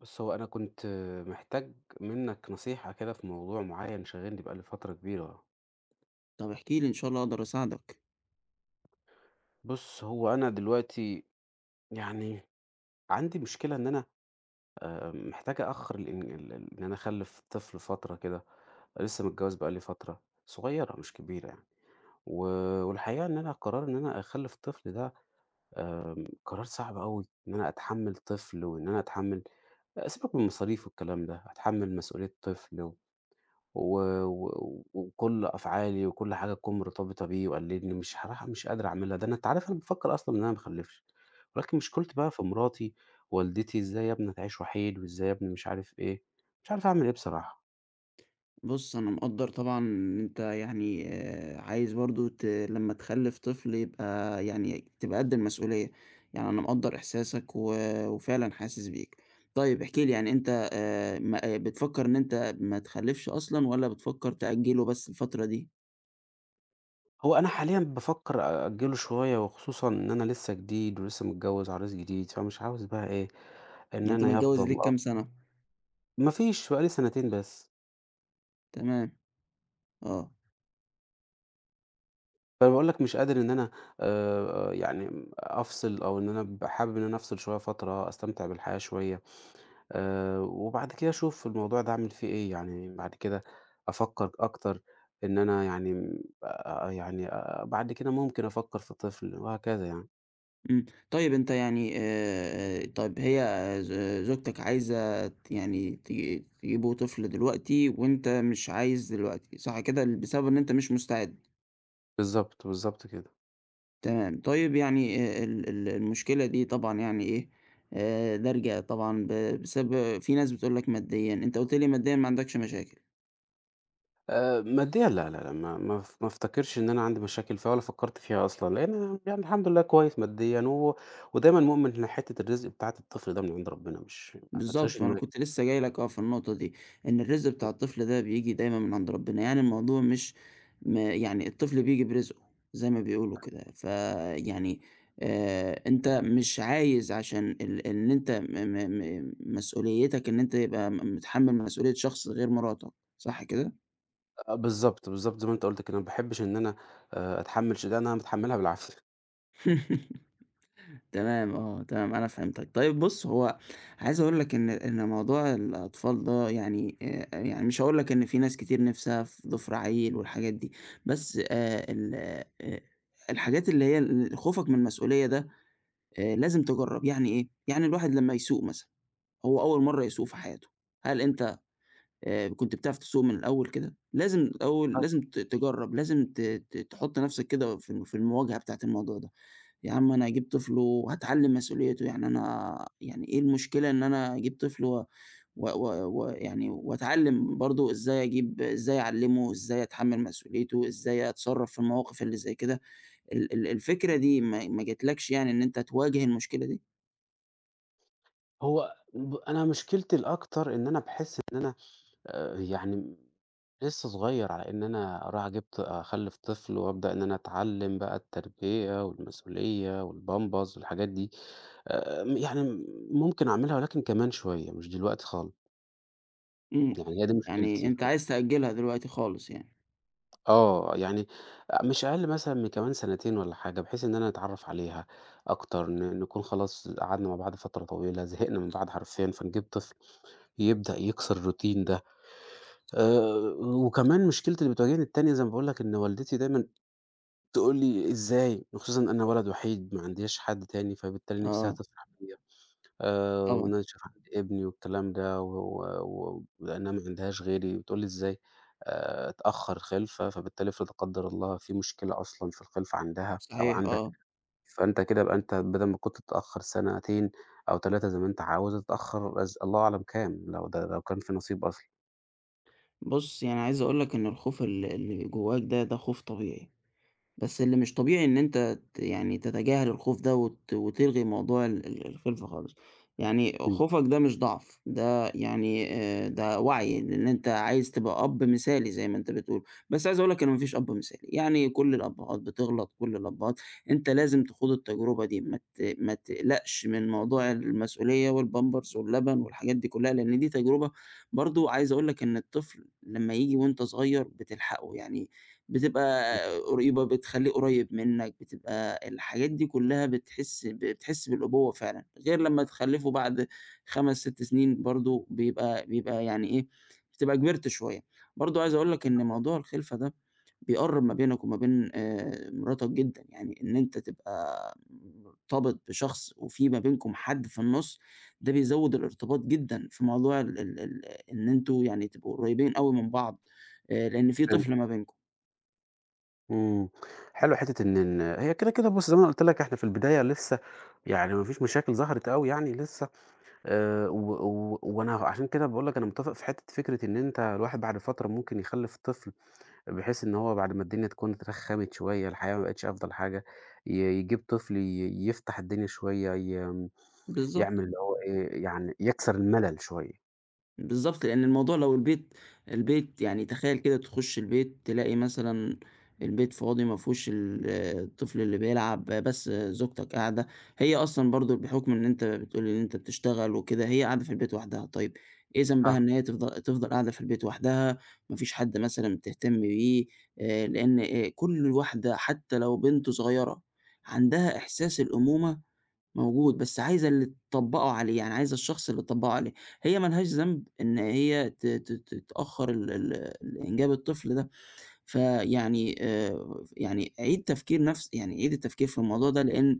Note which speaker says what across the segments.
Speaker 1: بُص، هو أنا كنت محتاج منّك نصيحة كده في موضوع معيّن شاغلني بقى لي فترة كبيرة.
Speaker 2: طب احكِ لي إن شاء الله أقدر أساعدك.
Speaker 1: بُص، هو أنا دلوقتي يعني عندي مشكلة إن أنا محتاج أأخّر الإن ال ال إن أنا أخلِّف طفل فترة كده، لسّه متجوّز بقى لي فترة صغيّرة مش كبيرة يعني، و والحقيقة إن أنا قرار إن أنا أخلِّف طفل ده قرار صعب أوي إن أنا أتحمّل طفل وإن أنا أتحمّل سيبك من المصاريف والكلام ده، أتحمّل مسؤولية طفل و و و وكل أفعالي وكل حاجة تكون مرتبطة بيه وقال لي إني مش هاروح مش قادر أعملها، ده أنا أنت عارف أنا بافكّر أصلًا إن أنا ما اخلّفش، ولكن مشكلتي بقى في مراتي، والدتي إزاي يا ابني تعيش وحيد وإزاي يا ابني مش عارف إيه، مش عارف أعمل إيه بصراحة.
Speaker 2: بُص، أنا مقدّر طبعًا إن أنت يعني عايز برضه لمّا تخلِّف طفل يبقى يعني تبقى قد المسؤولية، يعني أنا مقدّر إحساسك و وفعلًا حاسس بيك. طيب احكِ لي يعني أنت ما آه، بتفكّر إن أنت ما تخلِّفش أصلًا والّا بتفكّر تأجّله بس الفترة دي؟
Speaker 1: هو أنا حاليًا بافكّر أأجّله شوية وخصوصًا إن أنا لسه جديد ولسه متجوّز وعريس جديد، فمش عاوز بقى إيه، إن
Speaker 2: يعني أنت
Speaker 1: أنا
Speaker 2: متجوّز
Speaker 1: يفضل
Speaker 2: ليك كام
Speaker 1: أب
Speaker 2: سَنة؟
Speaker 1: ما فيش بقى لي سنتين بس.
Speaker 2: تمام، آه.
Speaker 1: فأنا باقول لك مش قادر إن أنا يعني أفصل أو إن أنا أبقى حابب إن أنا أفصل شوية فترة، أستمتع بالحياة شوية، وبعد كده أشوف الموضوع ده أعمل فيه إيه، يعني بعد كده أفكّر أكتر إن أنا يعني م يعني بعد كده ممكن أفكّر في طفل وهكذا يعني.
Speaker 2: إمم. طيب أنت يعني طيب هي آه، ز آه، زوجتك عايزة يعني تجيبوا طفل دلوقتي وأنت مش عايز دلوقتي، صح كده؟ بسبب إن أنت مش مستعد.
Speaker 1: بالضبط، بالضبط كده.
Speaker 2: تمام. طيب يعني ال ال المشكلة دي طبعًا يعني إيه، دارجة طبعًا ب بسب في ناس بتقول لك ماديًا، أنت قُلت لي ماديًا ما عندكش مشاكل.
Speaker 1: ماديًا لا، لا، لا، ما أفتكرش إن أنا عندي مشاكل فيها ولا فكّرت فيها أصلًا، لإن أنا يعني الحمد لله كويس ماديًا ودايمًا مؤمن إن حتّة الرزق بتاعة الطفل ده من عند ربنا، مش ما تشغلش
Speaker 2: بالضبط، وأنا كنت
Speaker 1: دماغك.
Speaker 2: لسه جاي لك في النقطة دي، إن الرزق بتاع الطفل ده بييجي دايمًا من عند ربنا، يعني الموضوع مش يعني الطفل بييجي برزقه زي ما بيقولوا كده، فيعني أنت مش عايز عشان إن أنت م م م مسؤوليتك إن أنت يبقى متحمل مسؤولية شخص غير مراتك، صح كده؟
Speaker 1: آه، بالضبط، بالضبط زي ما أنت قُلت كده، ما باحبش إن أنا أتحمّل ش ده أنا متحمّلها بالعافية.
Speaker 2: تمام آه، تمام أنا فهمتك. طيب بُص، هو عايز أقول لك إن موضوع الأطفال ده يعني يعني مش هاقول لك إن في ناس كتير نِفْسها في ضفر عيل والحاجات دي، بس ال آآ الحاجات اللي هي خوفك من المسؤولية ده لازم تجرّب، يعني إيه؟ يعني الواحد لمّا يسوق مثلًا، هو أول مرّة يسوق في حياته، هل أنت كنت بتعرف تسوق من الأول كده؟ لازم الأول لازم تجرّب، لازم ت ت تحُط نَفْسك كده في في المواجهة بتاعة الموضوع ده. يا عم أنا هاجيب طفل وهاتعلّم مسؤوليته، يعني أنا يعني إيه المشكلة إن أنا أجيب طفل و و و ويعني وأتعلّم برضه إزاي أجيب إزاي أعلّمه، إزاي أتحمّل مسؤوليته، إزاي أتصرّف في المواقف اللي زي كده. ال ال الفكرة دي ما جاتلكش يعني إن أنت تواجه المشكلة دي؟
Speaker 1: هو أنا مشكلتي الأكتر إن أنا باحس إن أنا يعني لسه صغير على إن أنا أروح جِبت أخلِّف طفل وأبدأ إن أنا أتعلِّم بقى التربية والمسؤولية والpampers والحاجات دي، م يعني ممكن أعملها ولكن كمان شوية مش دلوقتي خالص،
Speaker 2: إمم.
Speaker 1: يعني هي دي
Speaker 2: يعني
Speaker 1: مشكلتي
Speaker 2: أنت عايز تأجّلها دلوقتي خالص يعني.
Speaker 1: آه، يعني مش أقل مثلًا من كمان سنتين والّا حاجة، بحيث إن أنا أتعرّف عليها أكتر، نكون خلاص قعدنا مع بعض فترة طويلة، زهقنا من بعض حرفيًا، فنجيب طفل يبدأ يكسر الroutine ده. وكمان مشكلتي اللي بتواجهني التانية زي ما باقول لك إن والدتي دايمًا تقول لي: "إزاي؟" خصوصًا أنا ولد وحيد ما عنديش حد تاني، فبالتالي نفسها
Speaker 2: آه،
Speaker 1: تفرح بيّا
Speaker 2: طبعًا.
Speaker 1: وإن أنا أشوف عندي ابني والكلام ده و و ولأنها ما عندهاش غيري، بتقول لي: "إزاي اتأخر خِلفة، فبالتالي افرض لا قدر الله في مشكلة أصلًا في الخِلفة عندها أو
Speaker 2: صحيح،
Speaker 1: عندك،
Speaker 2: آه.
Speaker 1: فأنت كده يبقى أنت بدل ما كنت تتأخر سنتين أو 3 زي ما أنت عاوز، هتتأخر الله أعلم كام." لو ده لو كان في نصيب أصلًا.
Speaker 2: بُص، يعني عايز أقول لك إن الخوف اللي جواك ده، ده خوف طبيعي. بس اللي مش طبيعي إن أنت يعني تتجاهل الخوف ده وتلغي موضوع ال ال الخِلْفة خالص، يعني
Speaker 1: إمم،
Speaker 2: خوفك ده مش ضعف، ده يعني ده وعي، لإن أنت عايز تبقى أب مثالي زي ما أنت بتقول، بس عايز أقول لك إن ما فيش أب مثالي، يعني كل الأبهات بتغلط، كل الأبهات أنت لازم تخوض التجربة دي، ما تقلقش من موضوع المسؤولية والpampers واللبن والحاجات دي كلّها، لإن دي تجربة برضه عايز أقول لك إن الطفل لمّا ييجي وأنت صغير بتلحقه، يعني بتبقى قريبة، بتخلّيه قريّب منّك، بتبقى الحاجات دي كلّها بتحس بتحس بالأبوة فعلًا، غير لمّا تخلّفه بعد 5، 6 سنين برضه بيبقى يعني إيه، بتبقى كبرت شوية. برضه عايز أقول لك إن موضوع الخِلفة ده بيقرّب ما بينك وما بين مراتك جدًا، يعني إن أنت تبقى مرتبط بشخص وفي ما بينكم حد في النُص، ده بيزوّد الارتباط جدًا في موضوع ال ال ال إن أنتم يعني تبقوا قريّبين أوي من بعض، لإن في
Speaker 1: إمم.
Speaker 2: طفل ما بينكم.
Speaker 1: إمم، حلو حتّة إن هي كده، كده بُص زي ما أنا قُلت لك إحنا في البداية لسه يعني ما فيش مشاكل ظهرت أوي يعني لسه، و و وأنا عشان كده باقول لك أنا متّفق في حتّة فكرة إن أنت الواحد بعد فترة ممكن يخلّف طفل، بحيث إن هو بعد ما الدنيا تكون اترخّمت شوية، الحياة ما بقتش أفضل حاجة، يجيب طفل يفتح الدنيا شوية،
Speaker 2: بالضبط،
Speaker 1: يعمل اللي هو إيه، يعني يكسر الملل شوية.
Speaker 2: بالضبط، لأن الموضوع لو البيت يعني تخيّل كده تخُش البيت تلاقي مثلًا البيت فاضي ما فيهوش الطفل اللي بيلعب، بس زوجتك قاعدة، هي أصلًا برضه بحُكم إن أنت بتقول لي إن أنت بتشتغل وكده، هي قاعدة في البيت وحدها، طيب إيه
Speaker 1: آه،
Speaker 2: ذنبها إن هي تفضل قاعدة في البيت وحدها، ما فيش حد مثلًا بتهتم بيه، لإن كل واحدة حتى لو بنت صغيرة عندها إحساس الأمومة موجود، بس عايزة اللي تطبّقه عليه، يعني عايزة الشخص اللي تطبّقه عليه، هي ما لهاش ذنب إن هي ت ت تتأخّر ال ال ال إنجاب الطفل ده. فيعني يعني عيد تفكير نفس يعني عيد التفكير في الموضوع ده لإن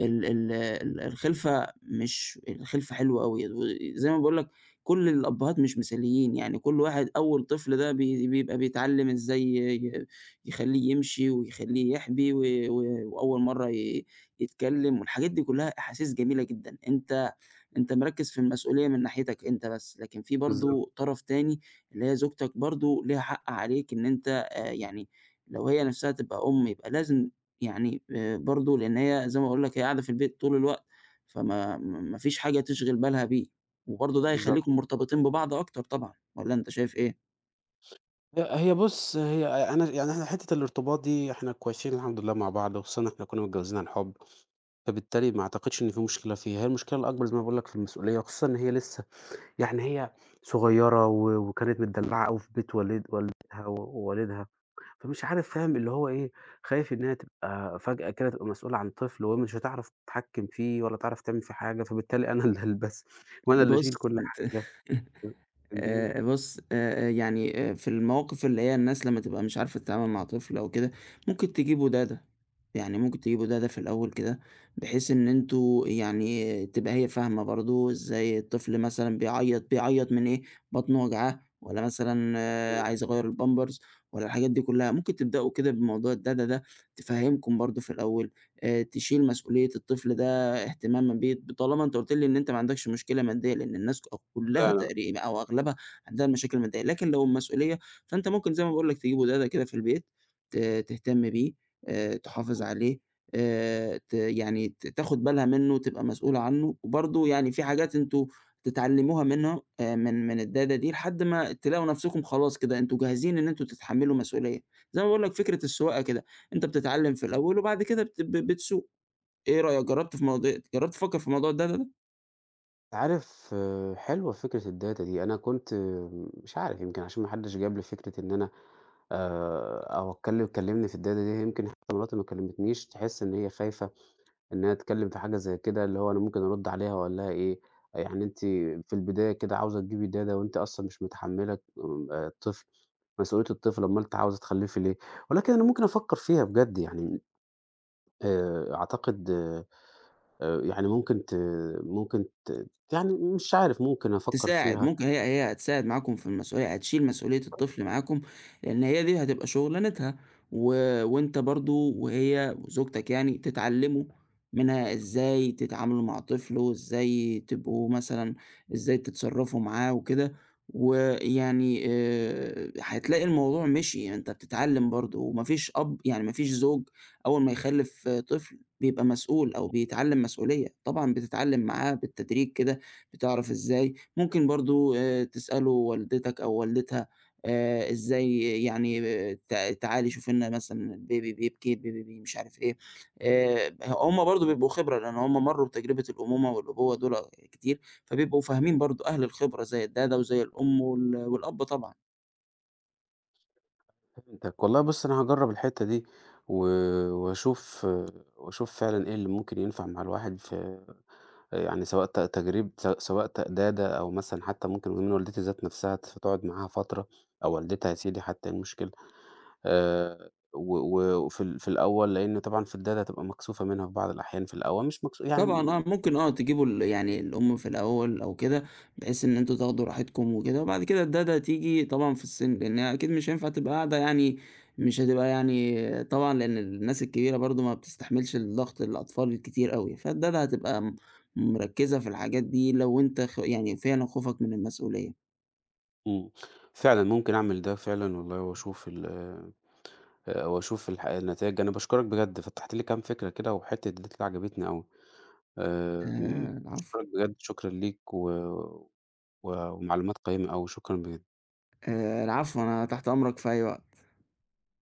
Speaker 2: ال ال ال الخِلفة مش الخِلفة حلوة أوي، وزي ما باقول لك كل الأبّهات مش مثاليين، يعني كل واحد أول طفل ده بيبقى بيتعلّم إزاي يخلّيه يمشي ويخلّيه يحبي و و وأول مرّة يتكلّم والحاجات دي كلّها أحاسيس جميلة جدًا، أنت مركّز في المسؤولية من ناحيتك أنت بس، لكن في
Speaker 1: بالضبط،
Speaker 2: برضه طرف تاني اللي هي زوجتك برضه ليها حق عليك إن أنت يعني لو هي نفْسها تبقى أم يبقى لازم يعني برضه لإن هي زي ما باقول لك هي قاعدة في البيت طول الوقت، فما ما فيش حاجة تشغِل بالها بيه، وبرضه ده
Speaker 1: بالضبط.
Speaker 2: هيخلّيكم مرتبطين ببعض أكتر طبعًا، والّا أنت شايف إيه؟
Speaker 1: لأ، هي بُص، هي أنا يعني إحنا حتّة الارتباط دي إحنا كويسين الحمد لله مع بعض، وخصوصًا إحنا كُنّا متجوّزين عن حُب، فبالتالي ما أعتقدش إن في مشكلة فيها، هي المشكلة الأكبر زي ما باقول لك في المسؤولية، وخصوصًا إن هي لسّه يعني هي صغيّرة وكانت متدلّعة أوي في بيت والد والدها ووالدها، فمش عارف فاهم اللي هو إيه، خايف إن هي تبقى فجأة كده تبقى مسؤولة عن طفل وهي مش هتعرف تتحكّم فيه ولا تعرف تعمل فيه حاجة، فبالتالي أنا اللي هالبسه وأنا اللي أشيل
Speaker 2: بُص
Speaker 1: كل
Speaker 2: أنت
Speaker 1: حاجة، فهمتني؟
Speaker 2: بُص، يعني في المواقف اللي هي الناس لمّا تبقى مش عارفة تتعامل مع طفل أو كده، ممكن تجيبوا دادة، يعني ممكن تجيبوا دادة في الأول كده، بحيث إن أنتم يعني تبقى هي فاهمة برضه إزاي الطفل مثلًا بيعيّط، بيعيّط من إيه، بطنه وجعاه والّا مثلًا عايز أغيّر الpampers والّا الحاجات دي كلّها، ممكن تبدأوا كده بموضوع الدادة ده، تفهّمكم برضه في الأول، تشيل مسؤولية الطفل ده اهتمامًا بيه، طالما أنت قُلت لي إن أنت ما عندكش مشكلة مادية، لإن الناس كلّها
Speaker 1: لا،
Speaker 2: تقريبًا أو أغلبها عندها مشاكل مادية، لكن لو المسؤولية فأنت ممكن زي ما باقول لك تجيب ودادة كده في البيت، تهتم بيه، تحافظ عليه، ت يعني ت تاخد بالها منه، تبقى مسؤولة عنه، وبرضه يعني في حاجات أنتم تتعلموها منها من الدادة دي لحد ما تلاقوا نفسكم خلاص كده أنتم جاهزين إن أنتم تتحملوا مسؤولية، زي ما باقول لك فكرة السواقة كده، أنت بتتعلم في الأول وبعد كده بت ب بتسوق. إيه رأيك جرّبت تفكّر في الموضوع ده؟
Speaker 1: عارف آه، حلوة فكرة الdata دي، أنا كنت آه، مش عارف يمكن عشان ما حدش جاب لي فكرة إن أنا أو أتكلم كلمني في الdata دي، يمكن حتى مراتي ما كلمتنيش تحس إن هي خايفة إنها تتكلم في حاجة زي كده، اللي هو أنا ممكن أرد عليها وأقول لها إيه، يعني أنتِ في البداية كده عاوزة تجيبي data وأنتِ أصلًا مش متحملة الطفل مسؤولية الطفل، أومال أنتِ عاوزة تخلفي ليه؟ ولكن أنا ممكن أفكر فيها بجد يعني أعتقد يعني ممكن ت ممكن ت يعني مش عارف ممكن أفكّر
Speaker 2: تساعد،
Speaker 1: فيها،
Speaker 2: ممكن هي هتساعد معاكم في المسؤولية، هتشيل مسؤولية الطفل معاكم، لإن هي دي هتبقى شغلانتها، و وأنت برضه وهي وزوجتك يعني تتعلموا منها إزاي تتعاملوا مع طفل، وإزاي تبقوا مثلًا إزاي تتصرفوا معاه وكده، ويعني هتلاقي الموضوع مشي، يعني أنت بتتعلم برضه، وما فيش أب يعني ما فيش زوج أول ما يخلف طفل بيبقى مسؤول أو بيتعلم مسؤولية، طبعًا بتتعلم معاه بالتدريج كده، بتعرف إزاي ممكن برضه تسأله والدتك أو والدتها إزاي يعني ت تعالي شوفي لنا مثلًا البيبي بيبكي، البيبي مش عارف إيه، هُم برضه بيبقوا خبرة، لإن هُم مرّوا بتجربة الأمومة والأبوة دول كتير، فبيبقوا فاهمين برضه أهل الخبرة زي الدادة وزي الأم والأب طبعًا.
Speaker 1: فهمتك. والله بُص أنا هاجرّب الحتّة دي و وأشوف آه، وأشوف فعلًا إيه اللي ممكن ينفع مع الواحد في يعني سواء تجريب سواء تقدادة أو مثلًا حتّى ممكن من والدتي ذات نَفْسها فتقعد معاها فترة أو والدتها يا سيدي حتّى إيه المشكلة، و و وفي في الأول لإن طبعًا في الدادة هتبقى مكسوفة منها في بعض الأحيان في الأول، مش مكسو
Speaker 2: طبعًا
Speaker 1: يعني
Speaker 2: ممكن تجيبوا يعني الأم في الأول أو كده، بحيث إن أنتم تاخدوا راحتكم وكده، وبعد كده الدادة تيجي طبعًا في السن لإن أكيد مش هينفع تبقى قاعدة يعني مش هتبقى يعني طبعًا لإن الناس الكبيرة برضه ما بتستحملش الضغط الأطفال الكتير أوي، فالدادة هتبقى مركّزة في الحاجات دي لو أنت يعني فعلًا خوفك من المسؤولية.
Speaker 1: إمم، فعلًا ممكن أعمل ده فعلًا والله وأشوف النتايج. أنا باشكرك بجد، فتحت لي كام فكرة كده، وحتّة الداتا عجبتني أوي.
Speaker 2: العفو،
Speaker 1: باشكرك بجد، شكرًا ليك و و ومعلومات قيّمة أوي، شكرًا بجد.
Speaker 2: العفو، أنا تحت أمرك في أي وقت.